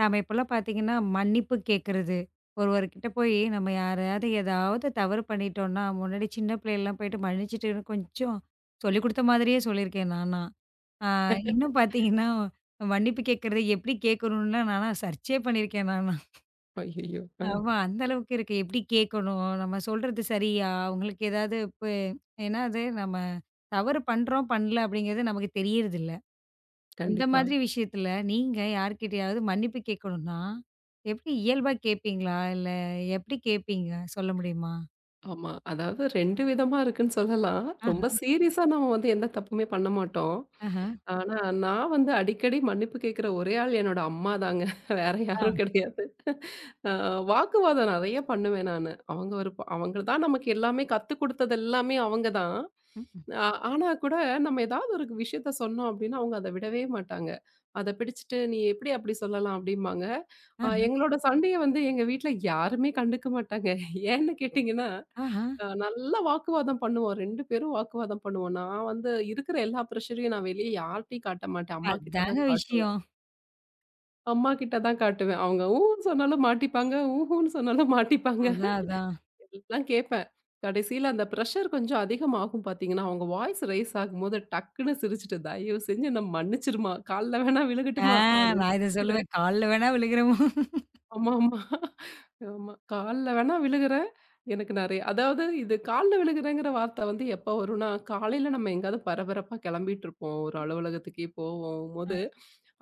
நாம இப்போலாம் பார்த்தீங்கன்னா, மன்னிப்பு கேட்கறது. ஒருவர்கிட்ட போயி நம்ம யாரையாவது ஏதாவது தவறு பண்ணிட்டோம்ன்னா, முன்னாடி சின்ன பிள்ளைலாம் போயிட்டு மன்னிச்சுட்டுன்னு கொஞ்சம் சொல்லிக் குடுத்த மாதிரியே சொல்லியிருக்கேன் நான்லாம். ஆ, இன்னும் பார்த்தீங்கன்னா, மன்னிப்பு கேட்கறது எப்படி கேட்கணும்லாம் நான்லாம் சர்ச்சே பண்ணியிருக்கேன் நான்லாம். ஐயய்யோ! ஆ. ஆமா, அந்த அளவுக்கு இருக்கு. எப்படி கேட்கணும்? நம்ம சொல்றது சரியா? அவங்களுக்கு ஏதாவது இப்ப ஏன்னா அது நம்ம தவறு பண்றோம், பண்ணல அப்படிங்கிறது நமக்கு தெரியறதில்ல. அந்த கண்டிப்பா. மாதிரி விஷயத்துல நீங்க யார்கிட்டயாவது மன்னிப்பு கேட்கணும்னா, எப்படி இயல்பா கேட்பீங்களா? இல்ல, எப்படி கேட்பீங்க? சொல்ல முடியுமா? ஆமா. அதாவது 2 விதமா இருக்குன்னு சொல்லலாம். ரொம்ப ஆஹ, சீரியஸா நம்ம வந்து எந்த தப்புமே பண்ண மாட்டோம். ஆஹ, ஆனா, நான் வந்து அடிக்கடி மன்னிப்பு கேட்கிற ஒரே ஆள் என்னோட அம்மா தாங்க. வேற ஆ, யாரும் கிடையாது. அ வாக்குவாதம் நெறைய பண்ணுவேன் நானு. அவங்க அவங்க தான் நமக்கு எல்லாமே கத்துக் குடுத்தது எல்லாமே அவங்க தான். ம், அ ஆனா கூட நம்ம ஏதாவது ஒரு விஷயத்த சொன்னோம் அப்டின்னா, அவங்க அத விடவே மாட்டாங்க. அத பிடிச்சுட்டு, "நீ எப்டி அப்டி சொல்லலாம்?" அப்டிம்பாங்க. ஆஹ, எங்களோட சண்டைய வந்து எங்க வீட்ல யாருமே கண்டுக்க மாட்டாங்க. ஏன்னு கேட்டீங்கன்னா ஆஹா. நல்ல வாக்குவாதம் பண்ணுவோம். 2 பேரும் வாக்குவாதம் பண்ணுவோம். நான் வந்து இருக்கிற எல்லா ப்ரெஷரையும் நான் வெளிய யார்ட்டயும் காட்ட மாட்டேன். அம்மா கிட்ட அதாங்க தான் காட்டுவேன். விஷயம். அம்மா கிட்ட தான் காட்டுவேன். அவங்க ஊன்னு சொன்னாலும் மாட்டிப்பாங்க, ஊஹூன்னு சொன்னாலும் மாட்டிப்பாங்க. அதான், அதான். எல்லாம் கேட்பேன். கடைசியில அந்த ப்ரெஷர் கொஞ்சம் அதிகமாகும் பார்த்தீங்கன்னா, அவங்க வாய்ஸ் ரைஸ் ஆகும்போது டக்குன்னு சிரிச்சுட்டு, "தயவு செஞ்சு என்ன மன்னிச்சிரும்மா! கால்ல வேணா ஆ, விழுகட்டுமா?" அப்படின்னு நான் இத சொல்லுவேன். கால்ல வேணா விழுகிறமோ! ஆமாமா. ஆமா. ஆமா கால்ல வேணா விழுகுறேன். எனக்கு நெறைய அதாவது இது கால்ல விழுகுறேங்கிற வார்த்தை வந்து எப்ப வரும்னா, காலையில நம்ம எங்கேயாவது பரபரப்பா கெளம்பிட்டுருப்போம். ஒரு அலுவலகத்துக்கே அ போகும்போது,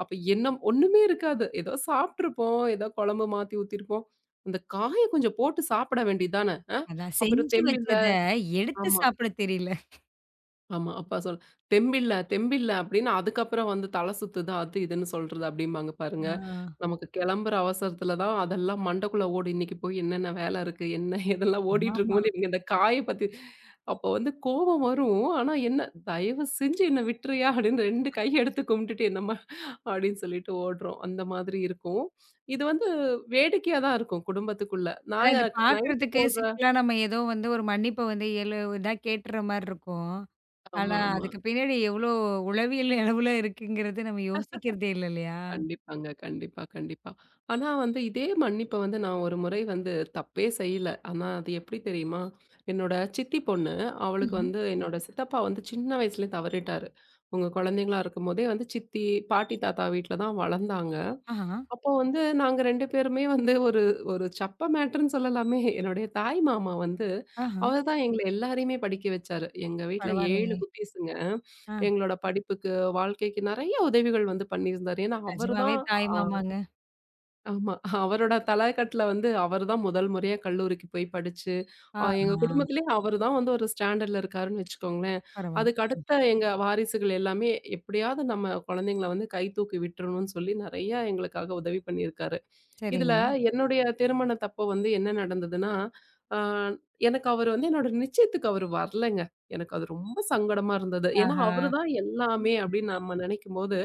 அப்ப என்ன ஒண்ணுமே இருக்காது. ஏதோ சாப்ட்டுருப்போம். ஏதோ குழம்பு மாத்தி ஊத்திருப்போம். அந்த காய கொஞ்சம் போட்டு சாப்பிட வேண்டியது தானே! அதான் அப்புறம் செஞ்சு தெம்பில்ல வச்சத எடுத்து ஆமா, சாப்பிட தெரியல. ஆமா. அப்பா சொல் தெம்பில்ல, தெம்பில்ல அப்படின்னு அதுக்கப்புறம் வந்து தலை சுத்துது, அது இதுன்னு சொல்றது அப்படிம்பாங்க பாருங்க. ஆ. நமக்கு கிளம்புற அவசரத்துல தான் அதெல்லாம் மண்டைக்குள்ள ஓடும். இன்னைக்கு போய் என்னென்ன வேலை இருக்கு? என்ன இதெல்லாம் ஓடிட்டு ஆமாமா. இருக்கும்போது இவங்க இந்த காய பத்தி அப்போ வந்து கோபம் வரும். ஆனா என்ன "தயவு செஞ்சு என்ன விட்டுறியா?" அப்படின்னு 2 கை எடுத்து கும்பிட்டுட்டு என்னம்மா அப்படின்னு சொல்லிட்டு ஓடுறோம். அந்த மாதிரி இருக்கும். இது வந்து வேடிக்கையா தான் இருக்கும் குடும்பத்துக்குள்ள. அதான், நாங்க இது நைட் பார்க்கறதுக்கு போடுற சிம்பிளா நம்ம ஏதோ வந்து ஒரு மன்னிப்ப வந்து இயல்பு இதா கேட்டுற மாரி இருக்கும். ஆமா, ஆனா, ஆமா. அதுக்கு பின்னாடி எவ்ளோ உளவியல் அளவுல இருக்குங்கிறது நம்ம யோசிக்கிறதே இல்ல, இல்லையா? கண்டிப்பாங்க. கண்டிப்பா, கண்டிப்பா. ஆனா வந்து இதே மன்னிப்ப வந்து நான் ஒரு முறை வந்து தப்பே செய்யல. ஆனா அது எப்படி தெரியுமா? என்னோட சித்தி பொண்ணு, அவளுக்கு ம்ஹ்ம். வந்து என்னோட சித்தப்பா வந்து சின்ன வயசுலயே தவறிட்டாரு. உங்க குழந்தைங்களா இருக்கும்போதே வந்து சித்தி, பாட்டி, தாத்தா வீட்ல தான் வளர்ந்தாங்க. ஆஹா, அப்போ வந்து நாங்க 2 பேருமே வந்து ஒரு ஒரு சப்ப மேட்டர்ன்னு சொல்லலாமே. என்னுடைய தாய் மாமா வந்து ஆஹா, அவர் தான் எங்கள எல்லாரையுமே படிக்க வச்சாரு. எங்க வீட்ல பரவாயில்லையே! 7 குட்டீஸுங்க. ஆ, எங்களோட படிப்புக்கு, வாழ்க்கைக்கு நெறைய உதவிகள் வந்து பண்ணியிருந்தாரு. ஏன்னா அவரு நிஜமாவே தான் தாய் ஆ. மாமாங்க. ஆமா. அவரோட தலைக்கட்டுல வந்து அவர் தான் முதல் முறையா கல்லூரிக்கு போய் படிச்சு, எங்க ஆஹா, குடும்பத்திலேயே அவரு தான் வந்து ஒரு ஸ்டாண்டர்ட்ல இருக்காருன்னு வச்சுக்கோங்களேன். பரவாயில்ல. அதுக்கு ம். அடுத்த எங்க வாரிசுகள் எல்லாமே எப்படியாவது நம்ம குழந்தைங்கள வந்து கை தூக்கி விட்டுறணும்னு சொல்லி நெறைய எங்களுக்காக உதவி பண்ணியிருக்காரு. இதுல சரிங்க. என்னுடைய திருமணத்தப்போ வந்து என்ன நடந்ததுன்னா, அ எனக்கு அவரு வந்து என்னோட நிச்சயத்துக்கு அவரு வரலங்க. எனக்கு அது ரொம்ப சங்கடமா இருந்தது. ஏன்னா, ஆஹா. அவரு தான் எல்லாமே அப்படின்னு நம்ம நெனைக்கும்போது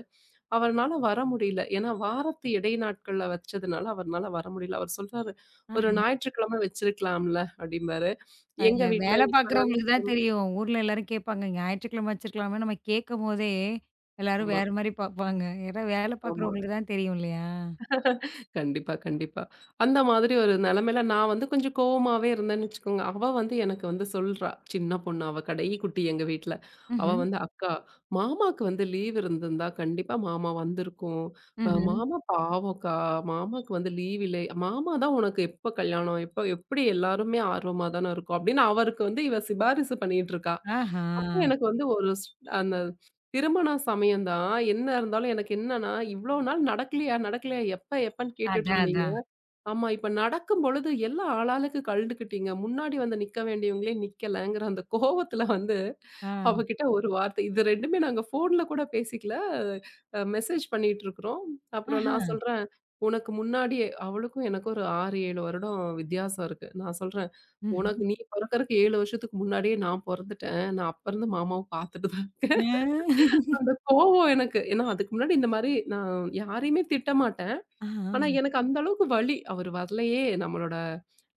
அவர்னால வர முடியல. ஏன்னா வாரத்து இடை நாட்கள்ல வச்சதுனால அவர்னால வர முடியல. அவர் சொல்றாரு, "ஒரு ஆஹா. ஞாயிற்றுக்கிழமை வச்சிருக்கலாம்ல" அப்படிம்பாரு. எங்க அதுல வீட்ல வேலை இப்ப தான பார்க்குறவங்களுக்கு தான் தெரியும். ஊர்ல எல்லாரும் கேட்பாங்க. ஞாயிற்றுக்கிழமை வச்சிருக்கலாமே நம்ம கேட்கும்போதே, எல்லாரும் ஆமா, வேற மாரி பார்ப்பாங்க. ஏன்னா வேலை ஆமா. பார்க்குறவங்களுக்கு தான் தெரியும் இல்லையா? கண்டிப்பா, கண்டிப்பா. அந்த மாதிரி ஒரு நெலைமையில நான் வந்து கொஞ்சம் கோவமாவே இருந்தேன்னு வச்சுக்கோங்க. அவ வந்து எனக்கு வந்து சொல்றா, சின்ன பொண்ணு அவ கடைக்குட்டி எங்க வீட்ல. அவ ம்ஹ்ம், வந்து "அக்கா, மாமாக்கு வந்து லீவ் இருந்திருந்தா கண்டிப்பா மாமா வந்திருக்கும். ம்ஹ்ம். மாமா பாவம்க்கா, மாமாக்கு வந்து லீவ் இல்லை. மாமா தான் உனக்கு எப்ப கல்யாணம்? எப்ப எப்படி எல்லாருமே ஆர்வமா தானே இருக்கோம்." அப்படின்னு அவருக்கு வந்து இவ சிபாரிசு பண்ணிட்டு இருக்கா. ஆஹா. அப்ப எனக்கு வந்து ஒரு ஸ் அந்த திருமண சமயம் தான். என்ன இருந்தாலும் எனக்கு என்னன்னா, இவ்ளோ நாள் நடக்கலையா? நடக்கலையா? எப்ப? எப்பன்னு அதான், கேட்டுட்டுருந்தீங்க. அதான். ஆமா, இப்ப நடக்கும்பொழுது எல்லாம் ஆளாளுக்கு கழண்டுக்கிட்டீங்க. முன்னாடி வந்து நிக்க வேண்டியவங்களே நிக்கலங்கிற அந்த கோவத்துல வந்து ஆ. அவகிட்ட ஒரு வார்த்தை. இது 2மே நாங்க ஃபோன்ல கூட பேசிக்கல. மெசேஜ் பண்ணிட்டுருக்குறோம். அப்புறம் ஆஹா. நான் சொல்றேன், "உனக்கு முன்னாடியே" அவளுக்கும் எனக்கும் ஒரு 6, 7 வருடம் வித்தியாசம் இருக்கு. நான் சொல்றேன் உனக்கு ம்ஹ்ம். நீ பொறக்கறக்கு 7 வருஷத்துக்கு முன்னாடியே நான் பொறந்துட்டேன். நான் அப்ப இருந்து மாமாவ பார்த்துட்டு தான் இருக்கேன். ஆ. அந்த கோவம் எனக்கு. ஏன்னா அதுக்கு முன்னாடி இந்த மாரி நான் யாரையுமே திட்ட மாட்டேன். ஆஹா. ஆனா எனக்கு அந்த அளவுக்கு வலி. அவரு வரலயே! நம்மளோட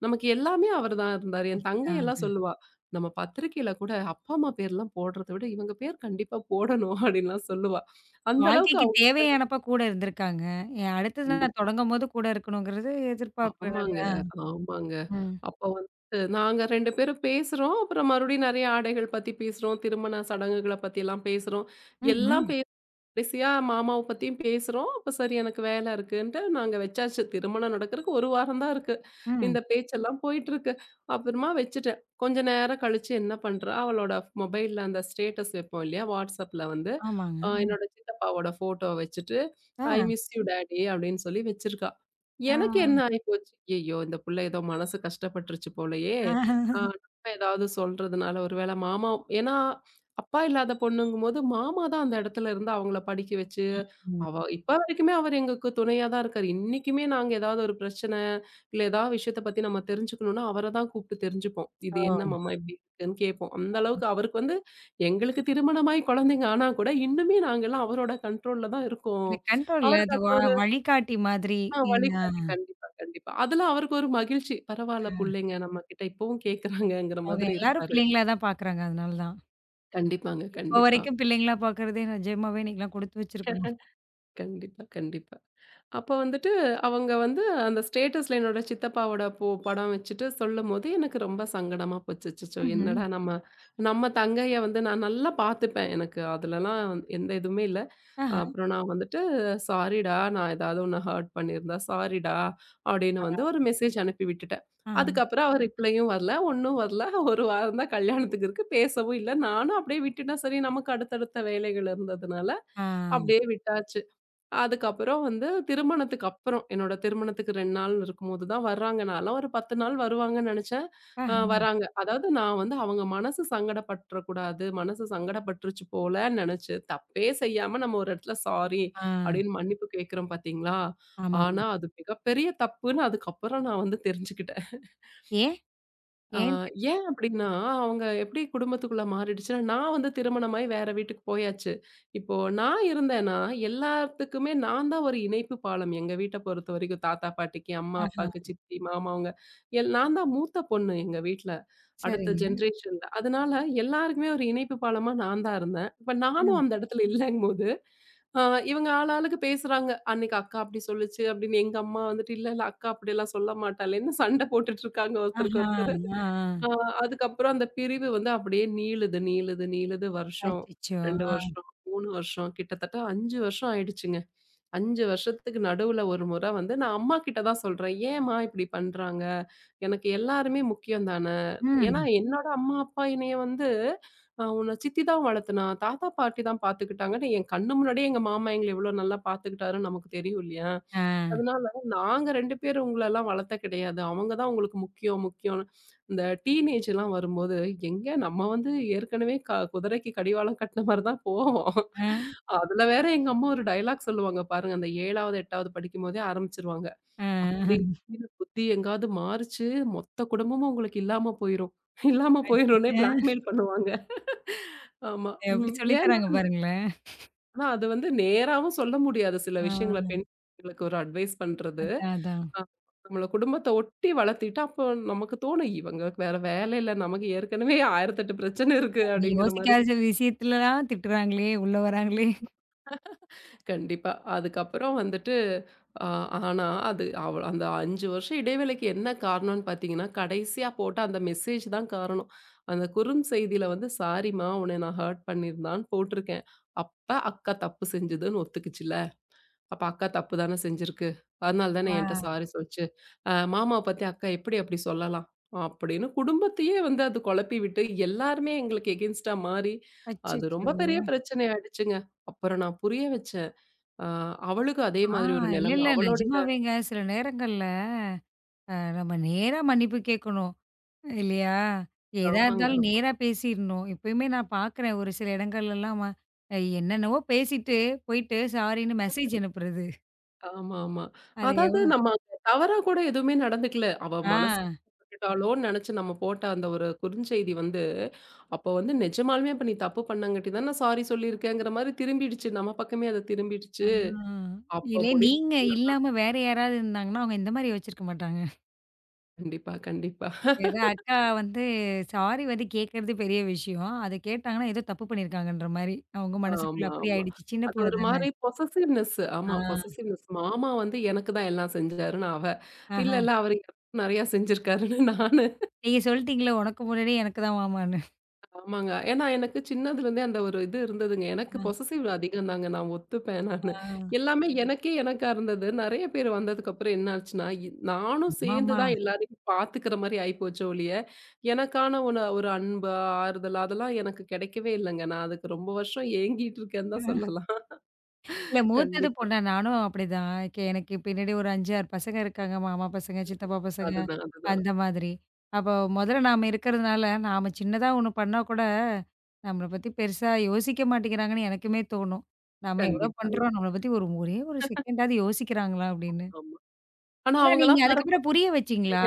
நமக்கு எல்லாமே அவர் தான் இருந்தாரு. என் அ தங்கை எல்லாம் அதான். சொல்லுவா. நம்ம பத்திரிக்கையில கூட அப்பா, அம்மா பேர்லாம் போடுறத விட இவங்க பேர் கண்டிப்பா போடணும் அப்டின்லாம் சொல்லுவா. அந்த அளவுக்கு வாழ்க்கைக்கு அவங்க தேவையானப்ப கூட இருந்திருக்காங்க. அடுத்தது நான் கண்டிப்பா. தொடங்கும்போது கூட இருக்கணுங்கிறது எதிர்பார்ப்பு ஆமாங்க, இல்லையா? ஆமாங்க. ம். அப்ப வந்து நாங்க 2 பேரும் பேசுறோம். அப்புறம் மறுபடியும் நெறைய ஆடைகள் பத்தி பேசுறோம். திருமண சடங்குகள பத்திலாம் பேசுறோம். ம்ஹ்ம். எல்லாம் பே கடைசியா மாமாவ பத்தியும் பேசுறோம். அப்ப சரி எனக்கு வேல இருக்குன்ட்டு நாங்க வச்சாச்சு. திருமணம் நடக்கிறதுக்கு 1 வாரம் தான் இருக்கு. ம். இந்த பேச்செல்லாம் போயிட்டுருக்கு. அப்புறமா வச்சுட்டேன். கொஞ்ச நேரம் கழிச்சு என்ன பண்றா, அவளோட மொபைல்ல அந்த ஸ்டேட்டஸ் வைப்போம் இல்லையா? WhatsAppல வந்து ஆமாங்க. என்னோட சித்தப்பாவோட ஃபோட்டோவ வச்சுட்டு, ஆ. "ஐ மிஸ் யூ டாடி" அப்படின்னு சொல்லி வச்சிருக்கா. ஆ. எனக்கு என்ன ஆயிப்போச்சு, ஐயய்யோ! இந்த புள்ள ஏதோ மனசு கஷ்டப்பட்டுருச்சு போலயே! ஆ. நம்ம ஏதாவது சொல்றதுனால ஒரு வேள மாமா ஏன்னா அப்பா இல்லாத பொண்ணுங்கும்போது, மாமா தான் அந்த இடத்துல இருந்து அவங்கள படிக்க வச்சு, ம். அவ இப்ப வரைக்குமே அவர் எங்களுக்கு துணையா தான் இருக்காரு. இன்னைக்குமே நாங்க ஏதாவது ஒரு பிரச்சனை, இல்ல ஏதாவது விஷயத்த பத்தி நம்ம தெரிஞ்சுக்கணும்னா, அவர தான் கூப்பிட்டு தெரிஞ்சுப்போம். இது ஓ! என்ன மாமா இப்படி இருக்குன்னு கேட்போம். அந்த அளவுக்கு அவருக்கு வந்து எங்களுக்கு திருமணமாயி குழந்தைங்க ஆனா கூட, இன்னுமே நாங்கலாம் அவரோட கண்ட்ரோல்ல தான் இருக்கோம். இல்ல, கண்ட்ரோல் இல்ல. அவருக்கு அது வ அது ஒரு வழிகாட்டி மாதிரி. என்ன, வழிகாட்டி கண்டிப்பா, கண்டிப்பா. அதுல அவருக்கு ஒரு மகிழ்ச்சி. பரவால்ல அ புள்ளைங்க நம்ம கிட்ட இப்பவும் கேட்கறாங்கங்கிற அவங்க மாதிரி எல்லாரும் இருப்பாரு. பிள்ளைங்களா தான் பார்க்குறாங்க. அதனால தான். கண்டிப்பாங்க. இப்போ கண்டிப்பா, வரைக்கும் பிள்ளைங்களா பார்க்குறதே நிஜமாவே இன்னைக்கெல்லாம் கொடுத்து வச்சிருக்கணும். கண்டிப்பா, கண்டிப்பா. அப்ப வந்துட்டு, அவங்க வந்து அந்த ஸ்டேட்டஸ்ல என்னோட சித்தப்பாவோட படம் வச்சுட்டு சொல்லும்போது, எனக்கு ரொம்ப சங்கடமா போச்சு. அச்சச்சோ! ம்ஹ்ம். என்னடா நம்ம நம்ம தங்கைய வந்து நான் நல்லா பார்த்துப்பேன். எனக்கு அதுலலாம் எந்த இதுவுமே இல்ல. ஆஹா. அப்புறம் நான் வந்துட்டு, "சாரிடா, நான் ஏதாவது உன்ன ஹர்ட் பண்ணியிருந்தா சாரிடா" அப்படின்னு ஆஹா. வந்து ஒரு மெசேஜ் அனுப்பி விட்டுட்டேன். அதுக்கப்புறம் அவர் ரிப்ளையும் வரல, ஒண்ணும் வரல. 1 வாரம் தான் கல்யாணத்துக்கு இருக்கு. பேசவும் இல்ல. நானும் அப்படியே விட்டுட்டேன். சரி, நமக்கு அடுத்தடுத்த வேலைகள் இருந்ததுனால, ஆ. அப்படியே விட்டாச்சு. அதுக்கப்புறம் வந்து திருமணத்துக்கு அப்புறம், என்னோட திருமணத்துக்கு 2 நாள் இருக்கும்போது தான் வர்றாங்க. நான்லாம் ஒரு 10 நாள் வருவாங்கன்னு நெனச்சேன். ஆஹா. வராங்க. அதாவது நான் வந்து அவங்க மனசு சங்கடப்பட்டுறக்கூடாது, மனசு சங்கடப்பட்டுருச்சு போலன்னு நெனச்சு, தப்பே செய்யாம நம்ம ஒரு இடத்துல சாரி ஆ. அப்படின்னு மன்னிப்பு கேட்கிறோம் பார்த்தீங்களா? ஆமாமா. ஆனா அது மிகப்பெரிய தப்புன்னு அதுக்கப்புறம் நான் வந்து தெரிஞ்சுக்கிட்டேன். ஏன்? ஆ ஏன் தெரிஞ்சு? ஏன் அப்டின்னா, அவங்க எப்டி குடும்பத்துக்குள்ள மாறிடுச்சுன்னா, நான் வந்து திருமணமாயி வேற வீட்டுக்கு போயாச்சு. இப்போ நான் இருந்தேன்னா, எல்லாத்துக்குமே நான் தான் ஒரு இணைப்பு பாலம் எங்க வீட்ட பொறுத்தவரைக்கும். தாத்தா, பாட்டிக்கு, அம்மா, ஆஹா. அப்பாக்கு, சித்தி, மாமாவங்க நான் தான் மூத்த பொண்ணு எங்க வீட்ல. அடுத்த சரிங்க. ஜென்ரேஷன்ல. அதனால எல்லாருக்குமே ஒரு இணைப்பு பாலமா நான் தான் இருந்தேன். இப்ப நானும் அ. அந்த இடத்துல இல்லங்கும்போது, ஆ இவங்க ஆளாளுக்கு பேசுறாங்க. அன்னைக்கு அக்கா அப்டி சொல்லுச்சு அப்டின்னு எங்க அம்மா வந்துட்டு, இல்ல, இல்ல அக்கா அப்டிலாம் சொல்ல மாட்டாளேன்னு சண்ட போட்டுட்டு இருக்காங்க ஒருத்தருக்கு ஆஹா! ஒருத்தர். ஆ, ஆ. ஆ அதுக்கப்புறம் அந்த பிரிவு வந்து அப்படியே நீளுது, நீளுது, நீளுது வருஷம், அச்சச்சோ! 2 ஆ. வருஷம், 3 வருஷம் கிட்டத்தட்ட 5 வருஷம் ஆயிடுச்சுங்க. 5 வருஷத்துக்கு நடுவுல ஒரு முறை வந்து நான் அம்மா கிட்ட தான் சொல்றேன். "ஏம்மா இப்படி பண்றாங்க? எனக்கு எல்லாருமே முக்கியம் தானே!" ஏன்னா ம். என்னோட அம்மா, அப்பா என்னைய வந்து "உன்ன சித்தி தான் வளர்த்துனா, தாத்தா, பாட்டி தான் பார்த்துக்கிட்டாங்கன்னு" என் கண்ணு முன்னாடியே எங்க மாமா எங்கள எவ்வளோ நல்லா பார்த்துக்கிட்டாருன்னு நமக்கு தெரியும் இல்லையா? ஆ, அதனால நாங்க 2 பேரும் உங்களலாம் வளர்த்த கிடையாது. அவங்க தான் உங்களுக்கு முக்கியம், முக்கியம்ன்னு. இந்த டீனேஜ்லாம் வரும்போது, எங்க நம்ம வந்து ஏற்கனவே குதிரைக்கு கடிவாளம் கட்டின மாரி தான் போவோம். ஆ, அதுல வேற எங்க அம்மா ஒரு டயலாக் சொல்லுவாங்க பாருங்க. அந்த 7வது, 8வது படிக்கும்போதே ஆரம்பிச்சுருவாங்க. "அப்படி ஆ. திடீர்னு புத்தி எங்காவது மாறுச்சு, மொத்த குடும்பமும் உங்களுக்கு இல்லாம போயிரும்." இல்லாம போயிரும்னே அச்சச்சோ! பிளாக்மெயில் பண்ணுவாங்க. ஆமா. எப்படி ம். சொல்லி ஏன்னா தராங்க பாருங்களேன். அது வந்து நேராவும் சொல்ல முடியாது சில விஷயங்கள ஆ. பெண்களுக்கு ஒரு அட்வைஸ் பண்றது. அதான், அதான். ஆமா. நம்மள குடும்பத்த ஒட்டி வளர்த்திட்டா, அப்போ நமக்கு தோணும், "இவங்க வேற வேலை இல்ல. நமக்கு ஏற்கனவே 1008 பிரச்சனை இருக்கு." நம்ம அப்படிங்கிற மாரி. யோசிக்காத விஷயத்துலலாம் திட்டுறாங்களே, உள்ள வராங்களே. கண்டிப்பா. அதுக்கப்புறம் வந்துட்டு அ ஆனா, அது அவ அந்த 5 வருஷம் இடைவேளைக்கு என்ன காரணம்னு பார்த்தீங்கன்னா, கடைசியா போட்ட அந்த மெசேஜ் தான் காரணம். அந்த குறுஞ்செய்தியில வந்து, "சாரிம்மா, உன்னை நான் ஹர்ட் பண்ணியிருந்தான்னு" போட்டிருக்கேன். அப்ப அக்கா தப்பு செஞ்சதுன்னு ஒத்துக்கிச்சுல்ல. அப்ப அக்கா தப்பு தானே செஞ்சிருக்கு. அதனால தானே என்ட்ட ஆ. சாரி சொல்லுச்சு. மாமாவ பத்தி அக்கா எப்படி அப்படி சொல்லலாம்? அப்படின்னு குடும்பத்தையே வந்து அது குழப்பி விட்டு, எல்லாருமே எங்களுக்கு எகென்ஸ்ட்டா மாறி, அது ரொம்ப அச்சச்சோ! பெரிய பிரச்சனை ஆயிடுச்சுங்க. அப்புறம் நான் புரிய வச்சேன். அ அவளுக்கும் அதே ஆ, மாதிரி ஒரு இல்ல, நிலைமை. இல்ல. நிஜமாவேங்க சில நேரங்கள்ல நம்ம நேரா மன்னிப்பு கேட்கணும். இல்லையா? எதா ஆமாங்க. இருந்தாலும் நேரா பேசிறணும். இப்பயுமே நான் பார்க்குறேன் ஒரு சில இடங்கள்லலாம் என்னென்னவோ பேசிட்டு போயிட்டு சாரின்னு மெசேஜ் அனுப்புறது. ஆமா, ஆமா. அது அதாவது எவ்வளோ! நம்ம அங்க தவறா கூட எதுவுமே நடந்துக்கல. அவ ஆ. மனசு பட்டுட்டாளோன்னு நெனச்சு நம்ம போட்ட அந்த ஒரு குறுஞ்செய்தி வந்து அப்போ வந்து நிஜமாலுமே அப்ப நீ தப்பு பண்ணங்காட்டி தான சாரி சொல்லியிருக்கேங்கிற மாரி திரும்பிடுச்சு. நம்ம பக்கமே அது திரும்பிடுச்சு. ஆ. அப்போ இல்ல, முடிவு நீங்க இல்லாம வேற யாராவது இருந்தாங்கன்னா, அவங்க இந்த மாரி யோசிச்சிருக்க மாட்டாங்க. கண்டிப்பா, கண்டிப்பா. ஏதோ அக்கா வந்து சாரி வந்து கேட்கறது பெரிய விஷயம். அத கேட்டாங்கன்னா, ஏதோ தப்பு பண்ணியிருக்காங்கன்ற மாரி. அவங்க மனசுக்குள்ள ஆமா, அப்படி ஆமா. ஆயிடுச்சு. சின்ன அது பொண்ணு ஒரு தானே. மாரி பொசசிவ்னெஸ். ஆ, ஆமா பொசசிவ்னெஸ். மாமா வந்து எனக்கு தான் எல்லாம் செஞ்சாருன்னு அவ. இல்ல, ஆஹ. இல்ல அவரு எனக்கும் நெறையா செஞ்சிருக்காருன்னு நானு. நீங்க சொல்லிட்டீங்களே, உனக்கு முன்னாடி எனக்கு தான் மாமான்னு. ஆமாங்க. ஏன்னா எனக்கு சின்னதுலேருந்தே அந்த ஒரு இது இருந்ததுங்க. எனக்கு ஆ, பொசசிவ் அதிகம் தாங்க. நான் ஒத்துப்பேன் நானு. ஆ. எல்லாமே எனக்கே எனக்கா இருந்தது. நெறைய பேர் வந்ததுக்கப்புறம் என்ன ஆச்சுன்னா, நானும் சேர்ந்து ஆமாமா. தான் எல்லாரையும் பார்த்துக்கிற மாரி ஆயிப்போச்சே ஒழிய, எனக்கான ஒரு ஒரு அன்பு, ஆறுதல் அதெல்லாம் எனக்கு கிடைக்கவே இல்லங்க. நான் அதுக்கு ரொம்ப வருஷம் ஏங்கிட்டு இருக்கேன்னு தான் சொல்லலாம். இல்ல, மூத்தது கண்டிப்பா. பொண்ணா நானும் அப்படிதான். எனக்கு பின்னாடி ஒரு 5, 6 பசங்க இருக்காங்க. மாமா பசங்க, சித்தப்பா பசங்க, அதுதான், அதுதான். அந்த மாதிரி. அப்போ முதல்ல நாம இருக்கிறதுனால, நாம சின்னதா ஒண்ணு பண்ணா கூட, நம்மள பத்தி பெருசா யோசிக்க மாட்டேங்கிறாங்கன்னு எனக்குமே தோணும். நாம எவ்வளோ கண்டிப்பாங்க. பண்றோம், நம்மள பத்தி ஒரே ஒரு செகண்டாவது யோசிக்கிறாங்களா அப்படின்னு. ஆமா. ஆனா ஆனா நீங்க அவங்கலாம் பாரா அதுக்கப்புறம் புரிய வச்சீங்களா?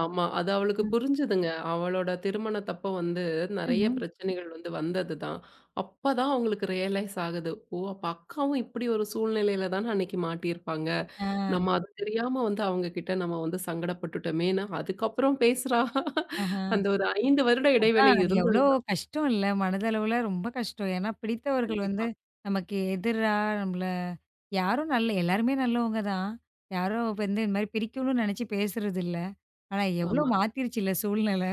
ஆமா. அது அவளுக்கு ம். புரிஞ்சுதுங்க. அவளோட திருமணத்தப்ப வந்து நெறைய ம்ஹ்ம். பிரச்சனைகள் வந்து வந்ததுதான். அப்பதான் அவங்களுக்கு ரியலைஸ் ஆகுது. ஓ! அப்ப அக்காவும் இப்படி ஒரு சூழ்நிலையில தான அன்னைக்கு மாட்டியிருப்பாங்க. ஆ. நம்ம அது தெரியாம வந்து அவங்க கிட்ட நம்ம வந்து சங்கடப்பட்டுட்டோமேன்னு அதுக்கப்புறம் பேசுறா. ஆஹா. அந்த ஒரு 5 வருட அதான். இடைவேளை அது எவ்ளோ இருந்தது கஷ்டம் இல்ல? மனதளவுல ரொம்ப கஷ்டம். ஏன்னா பிடித்தவர்கள் வந்து கண்டிப்பா. நமக்கு எதிரா நம்மள யாரும் நல்ல எல்லாருமே நல்லவங்க தான். யாரோ இப்ப வந்து இந்த மாரி பிரிக்கணும்னு நெனச்சு பேசுறது இல்ல. ஆனா எவ்ளோ ஆமா. மாத்திருச்சுல்ல சூழ்நிலை.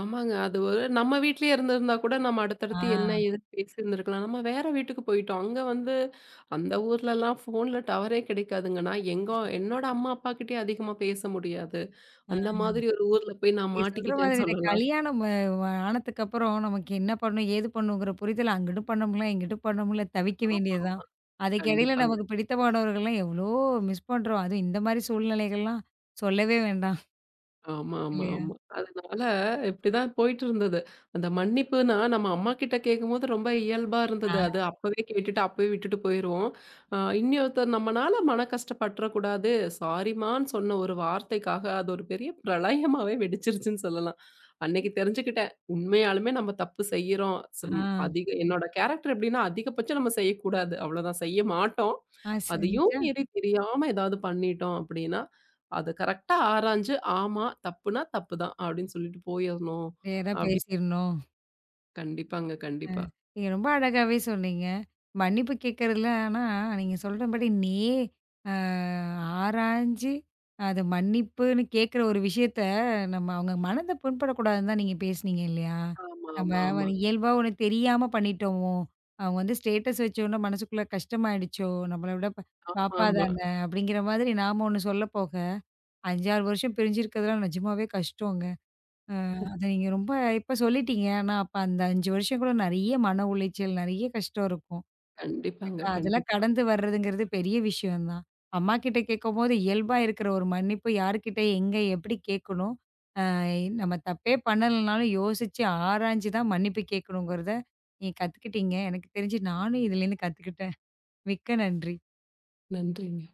ஆமாங்க. அது ஒரு நம்ம வீட்லயே இருந்திருந்தா கூட நம்ம ஆ, அடுத்தடுத்து என்ன ஏதுன்னு பேசியிருந்திருக்கலாம். நம்ம வேற வீட்டுக்கு போயிட்டோம். அங்க வந்து அந்த ஊர்லலாம் ஃபோன்ல டவரே கிடைக்காதுங்க. நான் எங்க என்னோட அம்மா, அப்பா கிட்டயே அதிகமா பேச முடியாது. ஆ. அந்த மாதிரி ஒரு ஊர்ல போய் நான் நீங்க சொல்ற மாட்டிக்கிட்டேன்னு மாதிரி இந்த சொல்லலாம். கல்யாணம் ஆனதுக்கு அப்புறம் நமக்கு என்ன பண்ணும், ஏது பண்ணுங்கிற புரிதல் அங்கிட்டும் பண்ண முடியல, இங்கிட்டும் பண்ண முடியல, தவிக்க ஆமா, வேண்டியது தான். ஆமா. அதுக்கிடையில கண்டிப்பாங்க. நமக்கு பிடித்தமானவர்கள்லாம் எவ்ளோ மிஸ் பண்றோம். அதுவும் இந்த மாரி சூழ்நிலைகள்லாம் சொல்லவே வேண்டாம். ஆமா, ஆமா, இல்லையா? ஆமா. அதனால இப்படிதான் போயிட்டு இருந்தது. அந்த மன்னிப்புன்னா நம்ம அம்மாகிட்ட கேட்கும்போது ரொம்ப இயல்பா ஆ, இருந்தது. அது அப்பவே கேட்டுட்டு அப்பவே விட்டுட்டு போயிருவோம். இன்னொருத்தர் நம்மனால மன கஷ்டப்பட்டுறக்கூடாது. சாரிம்மான்னு சொன்ன ஒரு வார்த்தைக்காக அது ஒரு பெரிய பிரளயமாவே வெடிச்சிருச்சுன்னு சொல்லலாம். அன்னைக்கு தெரிஞ்சுக்கிட்டேன். உண்மையாலுமே நம்ம தப்பு செய்யறோம். ஆ. சம் அதிக என்னோட கேரக்டர் எப்படின்னா அதிகபட்சம் நம்ம செய்யக்கூடாது. அவ்வளோதான் செய்ய மாட்டோம். ஆ, அதையும் செஞ்சா மீறி தெரியாம ஏதாவது பண்ணிட்டோம் அப்படின்னா அது கரெக்ட்டா ஆராய்ஞ்சு, ஆமா, தப்புனா தப்பு தான் அப்படின்னு சொல்லிட்டு போயிரணும். நேரா அப்படி பேசிறணும். கண்டிப்பாங்க, கண்டிப்பா. நீங்க ரொம்ப அழகாவே சொன்னீங்க. மன்னிப்பு கேட்கறதுல ஆனா, நீங்க சொல்றபடி நே அ ஆராய்ஞ்சு அது மன்னிப்புன்னு கேட்குற ஒரு விஷயத்த நம்ம அவங்க மனத புண்படக்கூடாதுன்னு தான் நீங்க பேசுனீங்க இல்லையா? ஆமா, நம்ம ஆமா, ஆமா. வந்து இயல்பா ஒண்ணு தெரியாம பண்ணிட்டோமோ! அவங்க வந்து ஸ்டேட்டஸ் வச்சோனே மனசுக்குள்ள கஷ்டமாயிடுச்சோ! நம்மள விட பாப்பா ஆமா. தானே! அப்படிங்கிற மாதிரி நாம ஒண்ணு சொல்ல போக, 5, 6 வருஷம் பிரிஞ்சிருக்கிறதுலாம் நிஜமாவே கஷ்டங்க. அ அத நீங்க ரொம்ப இப்ப சொல்லிட்டீங்க. ஆனா அப்ப அந்த 5 வருஷம் கூட நெறைய மன உளைச்சல், நெறைய கஷ்டம் இருக்கும். கண்டிப்பாங்க, ஆனா அதெல்லாம் கண்டிப்பா. கடந்து வர்றதுங்கிறது பெரிய விஷயம் தான். அம்மா கிட்ட கேட்கும்போது இயல்பா இருக்கிற ஒரு மன்னிப்பு யார்கிட்ட, எங்க, எப்படி கேட்கணும்? அ நம்ம தப்பே பண்ணலனாலும் யோசிச்சு ஆராய்ஞ்சு தான் மன்னிப்பு கேட்கணுங்கிறத நீங்க கத்துக்கிட்டீங்க. எனக்கு தெரிஞ்சு நானும் இதுலேருந்து கத்துக்கிட்டேன். மிக்க நன்றி. நன்றிங்க.